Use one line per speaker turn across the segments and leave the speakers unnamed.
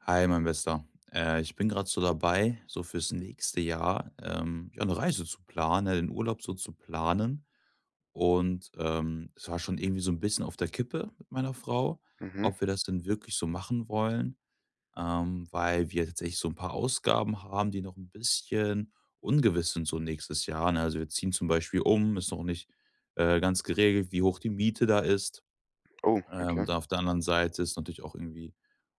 Hi, mein Bester. Ich bin gerade so dabei, so fürs nächste Jahr, ja, 'ne Reise zu planen, ne, den Urlaub so zu planen. Und, es war schon irgendwie so ein bisschen auf der Kippe mit meiner Frau,
Mhm.
ob wir das denn wirklich so machen wollen, weil wir tatsächlich so ein paar Ausgaben haben, die noch ein bisschen ungewiss sind so nächstes Jahr, ne? Also, wir ziehen zum Beispiel um, ist noch nicht, ganz geregelt, wie hoch die Miete da ist.
Oh,
Ähm,
okay.
dann auf der anderen Seite ist natürlich auch irgendwie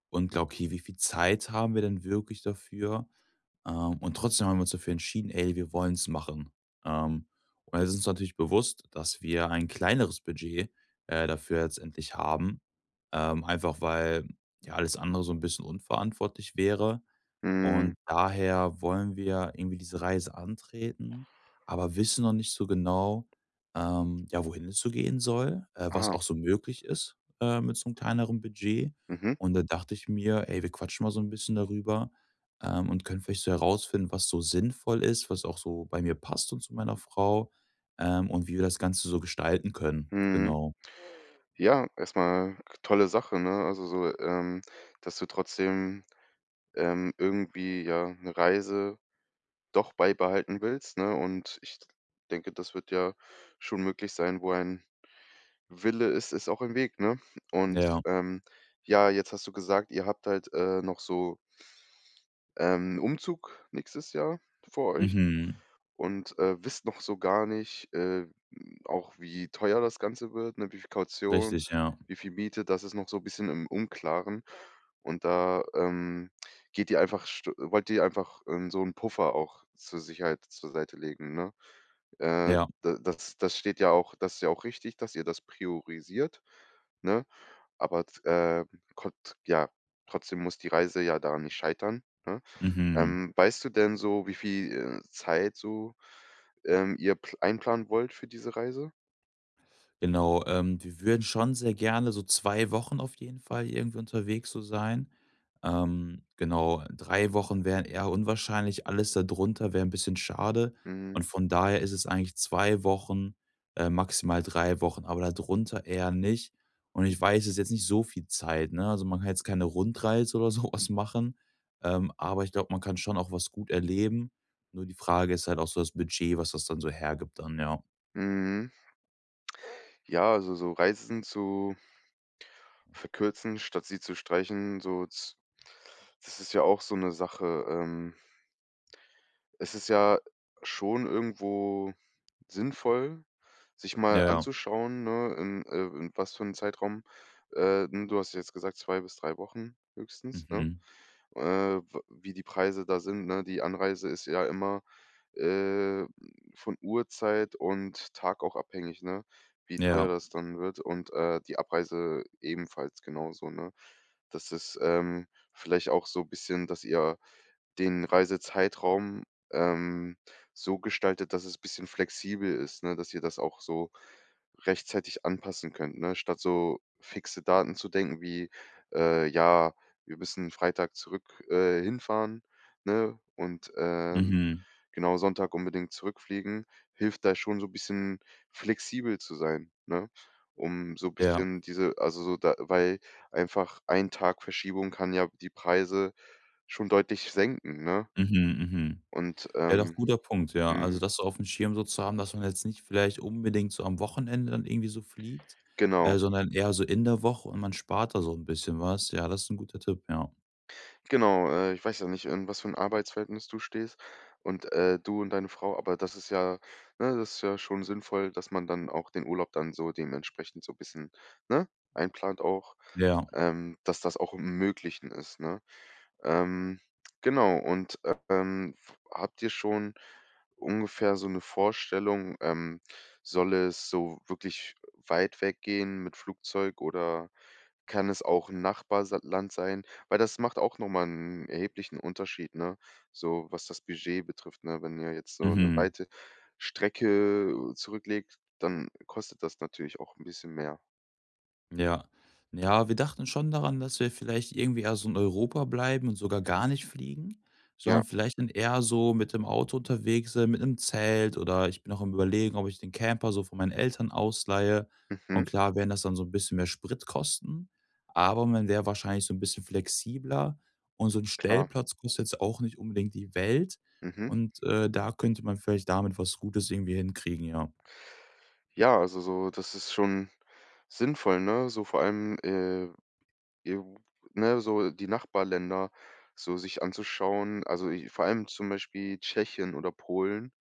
und glaube, okay, wie viel Zeit haben wir denn wirklich dafür? Und trotzdem haben wir uns dafür entschieden, ey, wir wollen es machen. Ähm, und es ist uns natürlich bewusst, dass wir ein kleineres Budget dafür letztendlich haben, einfach weil ja alles andere so ein bisschen unverantwortlich wäre.
Mhm.
Und daher wollen wir irgendwie diese Reise antreten, aber wissen noch nicht so genau, ja, wohin es so gehen soll, was
Ah,
auch so möglich ist, mit so einem kleineren Budget.
mhm,
Und da dachte ich mir: „Ey, wir quatschen mal so ein bisschen darüber, und können vielleicht so herausfinden, was so sinnvoll ist, was auch so bei mir passt und zu meiner Frau, und wie wir das Ganze so gestalten können."
mhm.
Genau.
Ja, erstmal k tolle Sache, ne? Also so, dass du trotzdem, irgendwie, ja, eine Reise doch beibehalten willst, ne? Und ich denke, das wird ja schon möglich sein. Wo ein Wille ist, ist auch ein Weg, ne? Und,
Ja.
ähm, ja, jetzt hast du gesagt, ihr habt halt, noch so, 'n Umzug nächstes Jahr vor euch?
Mhm.
Und, wisst noch so gar nicht, auch wie teuer das Ganze wird, ne, wie viel Kaution,
Richtig, ja.
wie viel Miete, das ist noch so ein bisschen im Unklaren. Und da, geht ihr einfach st wollt ihr einfach, so einen Puffer auch zur Sicherheit zur Seite legen, ne? Äh,
Ja.
da das steht ja auch das ist ja auch richtig, dass ihr das priorisiert, ne? Aber, t kont ja, trotzdem muss die Reise ja daran nicht scheitern, ne?
Mhm.
Weißt du denn so, wie viel, Zeit so, ihr pl einplanen wollt für diese Reise?
Genau, wir würden schon sehr gerne so 2 Wochen auf jeden Fall irgendwie unterwegs so sein. Genau, 3 Wochen wären eher unwahrscheinlich, alles darunter wäre ein bisschen schade
Mhm,
und von daher ist es eigentlich 2 Wochen, maximal 3 Wochen, aber darunter eher nicht und ich weiß, es ist jetzt nicht so viel Zeit, ne? Also, man kann jetzt keine Rundreise oder sowas machen, aber ich glaube, man kann schon auch was gut erleben. Nur die Frage ist halt auch so das Budget, was das dann so hergibt dann, ja.
mhm. Ja, also so Reisen zu verkürzen, statt sie zu streichen, so z das ist ja auch so eine Sache. Es ist ja schon irgendwo sinnvoll, sich mal
Ja, ja.
anzuschauen, ne, in was für 'n Zeitraum, du hast jetzt gesagt 2 bis 3 Wochen höchstens, ne?
Mhm.
Äh, w wie die Preise da sind, ne? Die Anreise ist ja immer, äh, von Uhrzeit und Tag auch abhängig, ne? Wie teuer
Ja.
das dann wird und, die Abreise ebenfalls genauso, ne? Das ist, vielleicht auch so ein bisschen, dass ihr den Reisezeitraum, ähm, so gestaltet, dass es bisschen flexibel ist, ne, dass ihr das auch so rechtzeitig anpassen könnt, ne? Statt so fixe Daten zu denken wie, „Ja, wir müssen Freitag zurück, hinfahren“, ne?
Mhm.
Genau, Sonntag unbedingt zurückfliegen, hilft da schon so ein bisschen flexibel zu sein, ne? Um so ein
Ja.
bisschen diese also so da weil einfach ein Tag Verschiebung kann ja die Preise schon deutlich senken, ne?
Mhm, mhm.
Und,
Ja, doch
ähm
guter Punkt, ja. Also,
mhm,
das so auf dem Schirm so zu haben, dass man jetzt nicht vielleicht unbedingt so am Wochenende dann irgendwie so fliegt,
genau.
sondern eher so in der Woche und man spart da so ein bisschen was. Ja, das ist ein guter Tipp, ja.
Genau, ich weiß ja nicht, in was für ein Arbeitsverhältnis du stehst und, du und deine Frau, aber das ist ja ne, das ist ja schon sinnvoll, dass man dann auch den Urlaub dann so dementsprechend so ein bisschen, ne, einplant auch.
Ja.
Dass das auch im Möglichen ist, ne? Ähm, genau und, f habt ihr schon ungefähr so eine Vorstellung, soll es so wirklich weit weggehen mit Flugzeug oder kann es auch ein Nachbarland sein? Weil das macht auch nochmal einen erheblichen Unterschied, ne, so was das Budget betrifft, ne? Wenn ihr jetzt so eine
Mhm.
weite Strecke zurücklegt, dann kostet das natürlich auch ein bisschen mehr.
Ja. Ja, wir dachten schon daran, dass wir vielleicht irgendwie eher so in Europa bleiben und sogar gar nicht fliegen, sondern
Ja,
vielleicht dann eher so mit dem Auto unterwegs sind, mit 'nem Zelt oder ich bin auch am Überlegen, ob ich den Camper so von meinen Eltern ausleihe. Und
mhm,
klar werden das dann so 'n bisschen mehr Sprit kosten, aber man wäre wahrscheinlich so 'n bisschen flexibler und so 'n
klar,
Stellplatz kostet jetzt auch nicht unbedingt die Welt
mhm.
und, da könnte man vielleicht damit was Gutes irgendwie hinkriegen, ja.
Ja, also so, das ist schon sinnvoll, ne? So vor allem, EU ne, so die Nachbarländer so sich anzuschauen. Also i vor allem zum Beispiel Tschechien oder Polen.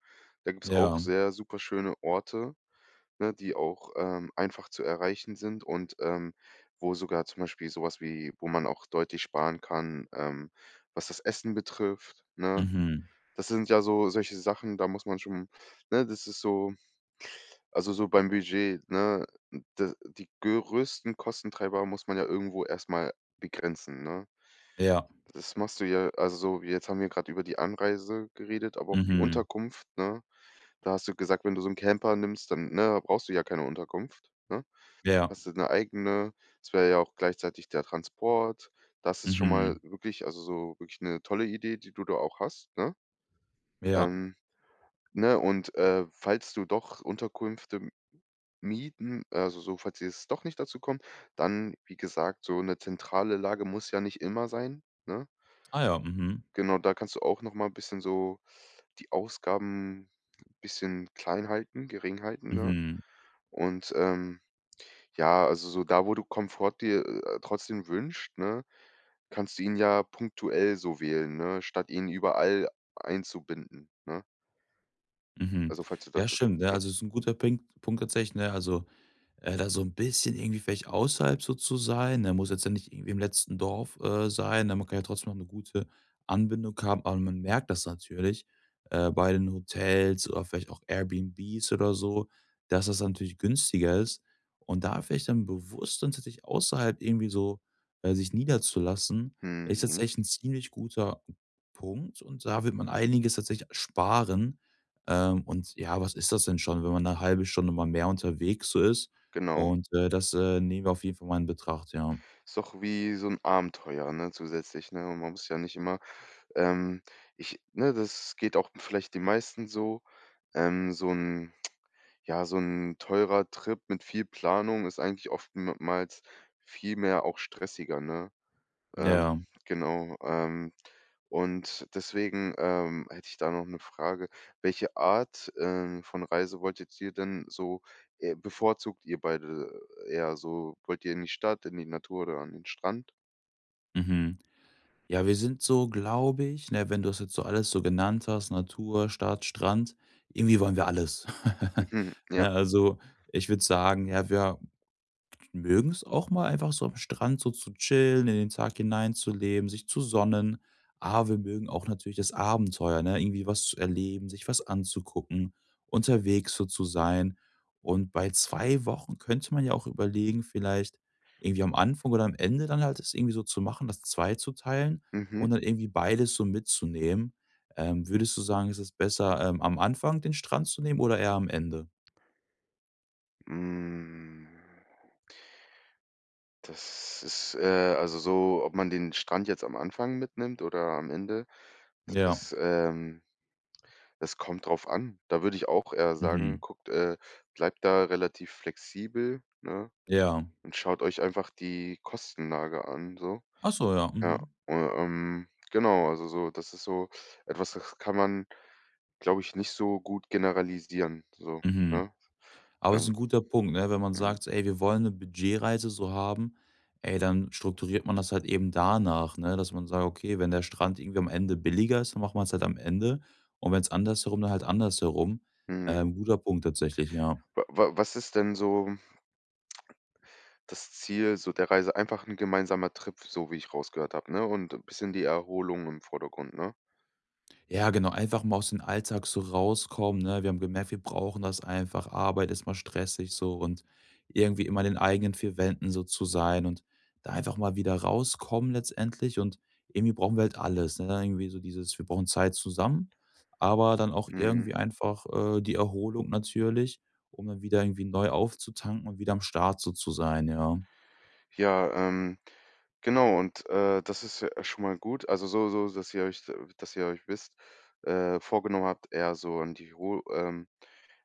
Da gibt's
Ja.
auch sehr super schöne Orte, ne, die auch, einfach zu erreichen sind und, wo sogar zum Beispiel sowas wie wo man auch deutlich sparen kann, was das Essen betrifft, ne?
Mhm.
Das sind ja so solche Sachen, da muss man schon ne, das ist so also, so beim Budget, ne? D die größten Kostentreiber muss man ja irgendwo erstmal begrenzen, ne?
Ja.
Das machst du ja also, so jetzt haben wir gerade über die Anreise geredet, aber auch die
Mhm.
Unterkunft, ne? Da hast du gesagt, wenn du so einen Camper nimmst, dann, ne, brauchst du ja keine Unterkunft, ne?
Ja.
Hast du eine eigene. Es wäre ja auch gleichzeitig der Transport. Das ist schon mal
Mhm.
wirklich also, so wirklich eine tolle Idee, die du da auch hast, ne?
Ja.
Ähm, ne, und, falls du doch Unterkünfte mieten, also so, falls es doch nicht dazu kommt, dann, wie gesagt, so eine zentrale Lage muss ja nicht immer sein, ne?
Ah ja, mhm.
Genau, da kannst du auch noch mal 'n bisschen so die Ausgaben ein bisschen klein halten, gering halten, ne?
Mhm.
Und, ähm, ja, also so da, wo du Komfort dir, trotzdem wünscht, ne, kannst du ihn ja punktuell so wählen, ne, statt ihn überall einzubinden, ne?
Mhm.
Also, falls du das
Ja,
wünschst.
stimmt, ne?
Ja.
Also, es ist ein guter Punkt tatsächlich, ne? Also, da so ein bisschen irgendwie vielleicht außerhalb so zu sein, ne? Muss jetzt ja nicht irgendwie im letzten Dorf, sein, ne? Man kann ja trotzdem noch eine gute Anbindung haben, aber man merkt das natürlich, bei den Hotels oder vielleicht auch Airbnbs oder so, dass das natürlich günstiger ist. Und da vielleicht dann bewusst dann tatsächlich außerhalb irgendwie so, sich niederzulassen, ist
Mhm,
tatsächlich ein ziemlich guter Punkt und da wird man einiges tatsächlich sparen. Und ja, was ist das denn schon, wenn man eine halbe Stunde mal mehr unterwegs so ist?
genau.
Und, das, nehmen wir auf jeden Fall mal in Betracht, ja.
Ist doch wie so 'n Abenteuer, ne, zusätzlich, ne? Und man muss ja nicht immer, ähm ich ne, das geht auch vielleicht den meisten so, so 'n ja, so 'n teurer Trip mit viel Planung ist eigentlich oftmals viel mehr auch stressiger, ne?
Ja,
Ähm, genau, und deswegen, hätte ich da noch 'ne Frage. Welche Art, von Reise wolltet ihr denn so bevorzugt ihr beide eher so? Wollt ihr in die Stadt, in die Natur oder an den Strand?
mhm. Ja, wir sind so, glaube ich, ne, wenn du es jetzt so alles so genannt hast, Natur, Stadt, Strand, irgendwie wollen wir alles.
Mhm, ja.
Ne, also, ich würde sagen, ja, wir mögen es auch mal einfach so am Strand so zu chillen, in den Tag hineinzuleben, sich zu sonnen. Aber wir mögen auch natürlich das Abenteuer, ne? Irgendwie was zu erleben, sich was anzugucken, unterwegs so zu sein. Und bei 2 Wochen könnte man ja auch überlegen, vielleicht irgendwie am Anfang oder am Ende dann halt es irgendwie so zu machen, das zwei zu teilen
Mhm.
und dann irgendwie beides so mitzunehmen. Würdest du sagen, ist es besser, am Anfang den Strand zu nehmen oder eher am Ende?
Hm. Das ist, also so, ob man den Strand jetzt am Anfang mitnimmt oder am Ende, das
Ja.
ist, das kommt drauf an. Da würde ich auch eher sagen,
Mhm.
guckt, bleibt da relativ flexibel, ne,
Ja.
und schaut euch einfach die Kostenlage an, so.
Ach so, ja.
Ja,
Mhm.
u genau, also so das ist so etwas, das kann man, glaube ich, nicht so gut generalisieren, so,
Mhm.
ne?
Aber es ist
Ähm,
ein guter Punkt, ne? Wenn man
mhm.
sagt: „Ey, wir wollen eine Budgetreise so haben", ey, dann strukturiert man das halt eben danach, ne, dass man sagt: „Okay, wenn der Strand irgendwie am Ende billiger ist, dann macht man es halt am Ende und wenn wenn's andersherum, dann halt andersherum."
Mhm.
Guter Punkt tatsächlich, ja.
Wa wa was ist denn so das Ziel so der Reise? Einfach 'n gemeinsamer Trip, so wie ich rausgehört habe, ne? Und 'n bisschen die Erholung im Vordergrund, ne?
Ja, genau, einfach mal aus dem Alltag so rauskommen, ne? Wir haben gemerkt, wir brauchen das einfach. Arbeit ist mal stressig so und irgendwie immer in den eigenen 4 Wänden so zu sein und da einfach mal wieder rauskommen letztendlich und irgendwie brauchen wir halt alles, ne? Irgendwie so dieses wir brauchen Zeit zusammen, aber dann auch
Mhm.
irgendwie einfach, die Erholung natürlich, um dann wieder irgendwie neu aufzutanken und wieder am Start so zu sein, ja.
Ja, ähm, genau und, das ist ja schon mal gut. Also, so so, dass ihr euch wisst vorgenommen habt, eher so an die Ruhe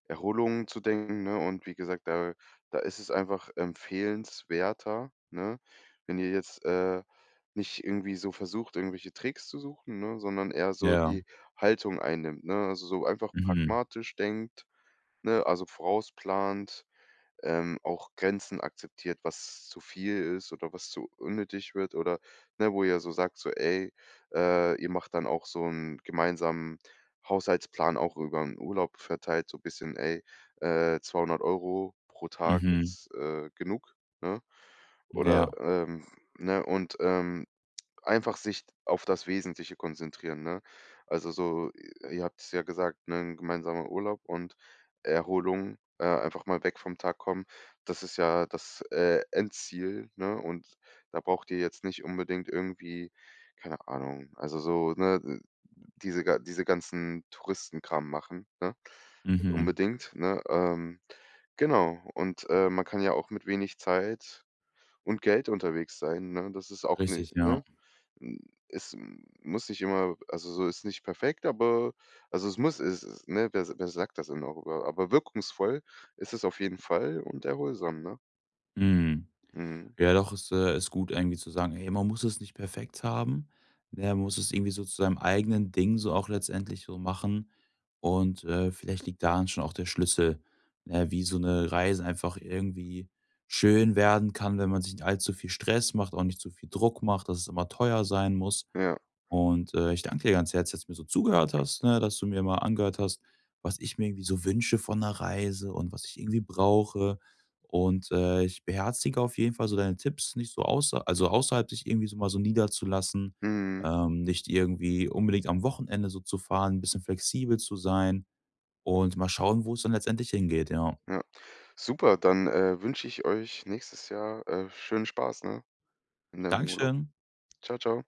Erholung zu denken, ne? Und wie gesagt, da da ist es einfach empfehlenswerter, ne, wenn ihr jetzt, nicht irgendwie so versucht, irgendwelche Tricks zu suchen, ne, sondern eher so
Ja.
die Haltung einnimmt, ne? Also, so einfach
Mhm.
pragmatisch denkt, ne, also vorausplant auch Grenzen akzeptiert, was zu viel ist oder was zu unnötig wird oder, ne, wo ihr so sagt, so: „Ey, ihr macht dann auch so einen gemeinsamen Haushaltsplan auch über 'n Urlaub verteilt, so ein bisschen, ey, 200 € pro Tag
Mhm.
ist, genug“, ne? Oder,
Ja.
ne, Einfach sich auf das Wesentliche konzentrieren, ne? Also so, i ihr habt es ja gesagt, ne, 'n gemeinsamer Urlaub und Erholung, einfach mal weg vom Tag kommen. Das ist ja das, Endziel, ne? Und da braucht ihr jetzt nicht unbedingt irgendwie, keine Ahnung, also so, ne, diese ga diese ganzen Touristenkram machen, ne?
Mhm.
Unbedingt, ne? Genau. Und, man kann ja auch mit wenig Zeit und Geld unterwegs sein, ne? Das ist auch 'ne
Richtig, ja.
ne? Hm, es m muss nicht immer also, so ist nicht perfekt, aber also, es muss es es ne, wer wer sagt das denn darüber? Aber wirkungsvoll ist es auf jeden Fall und erholsam, ne?
Mhm.
Mhm.
Ja, doch, ist gut irgendwie zu sagen: „Hey, man muss es nicht perfekt haben, ne? Man muss es irgendwie so zu seinem eigenen Ding so auch letztendlich so machen." Und, vielleicht liegt daran schon auch der Schlüssel, ne, wie so eine Reise einfach irgendwie schön werden kann, wenn man sich nicht allzu viel Stress macht, auch nicht zu viel Druck macht, dass es immer teuer sein muss.
Ja.
Und, ich danke dir ganz herzlich, dass du mir so zugehört hast, ne, dass du mir mal angehört hast, was ich mir irgendwie so wünsche von einer Reise und was ich irgendwie brauche. Und, ich beherzige auf jeden Fall so deine Tipps, nicht so außerhalb sich irgendwie so mal so niederzulassen,
Mhm.
nicht irgendwie unbedingt am Wochenende so zu fahren, ein bisschen flexibel zu sein und mal schauen, wo es dann letztendlich hingeht, ja.
Ja. Super, dann, wünsche ich euch nächstes Jahr, schönen Spaß, ne, in deinem Urlaub.
Dankeschön.
Ciao, ciao.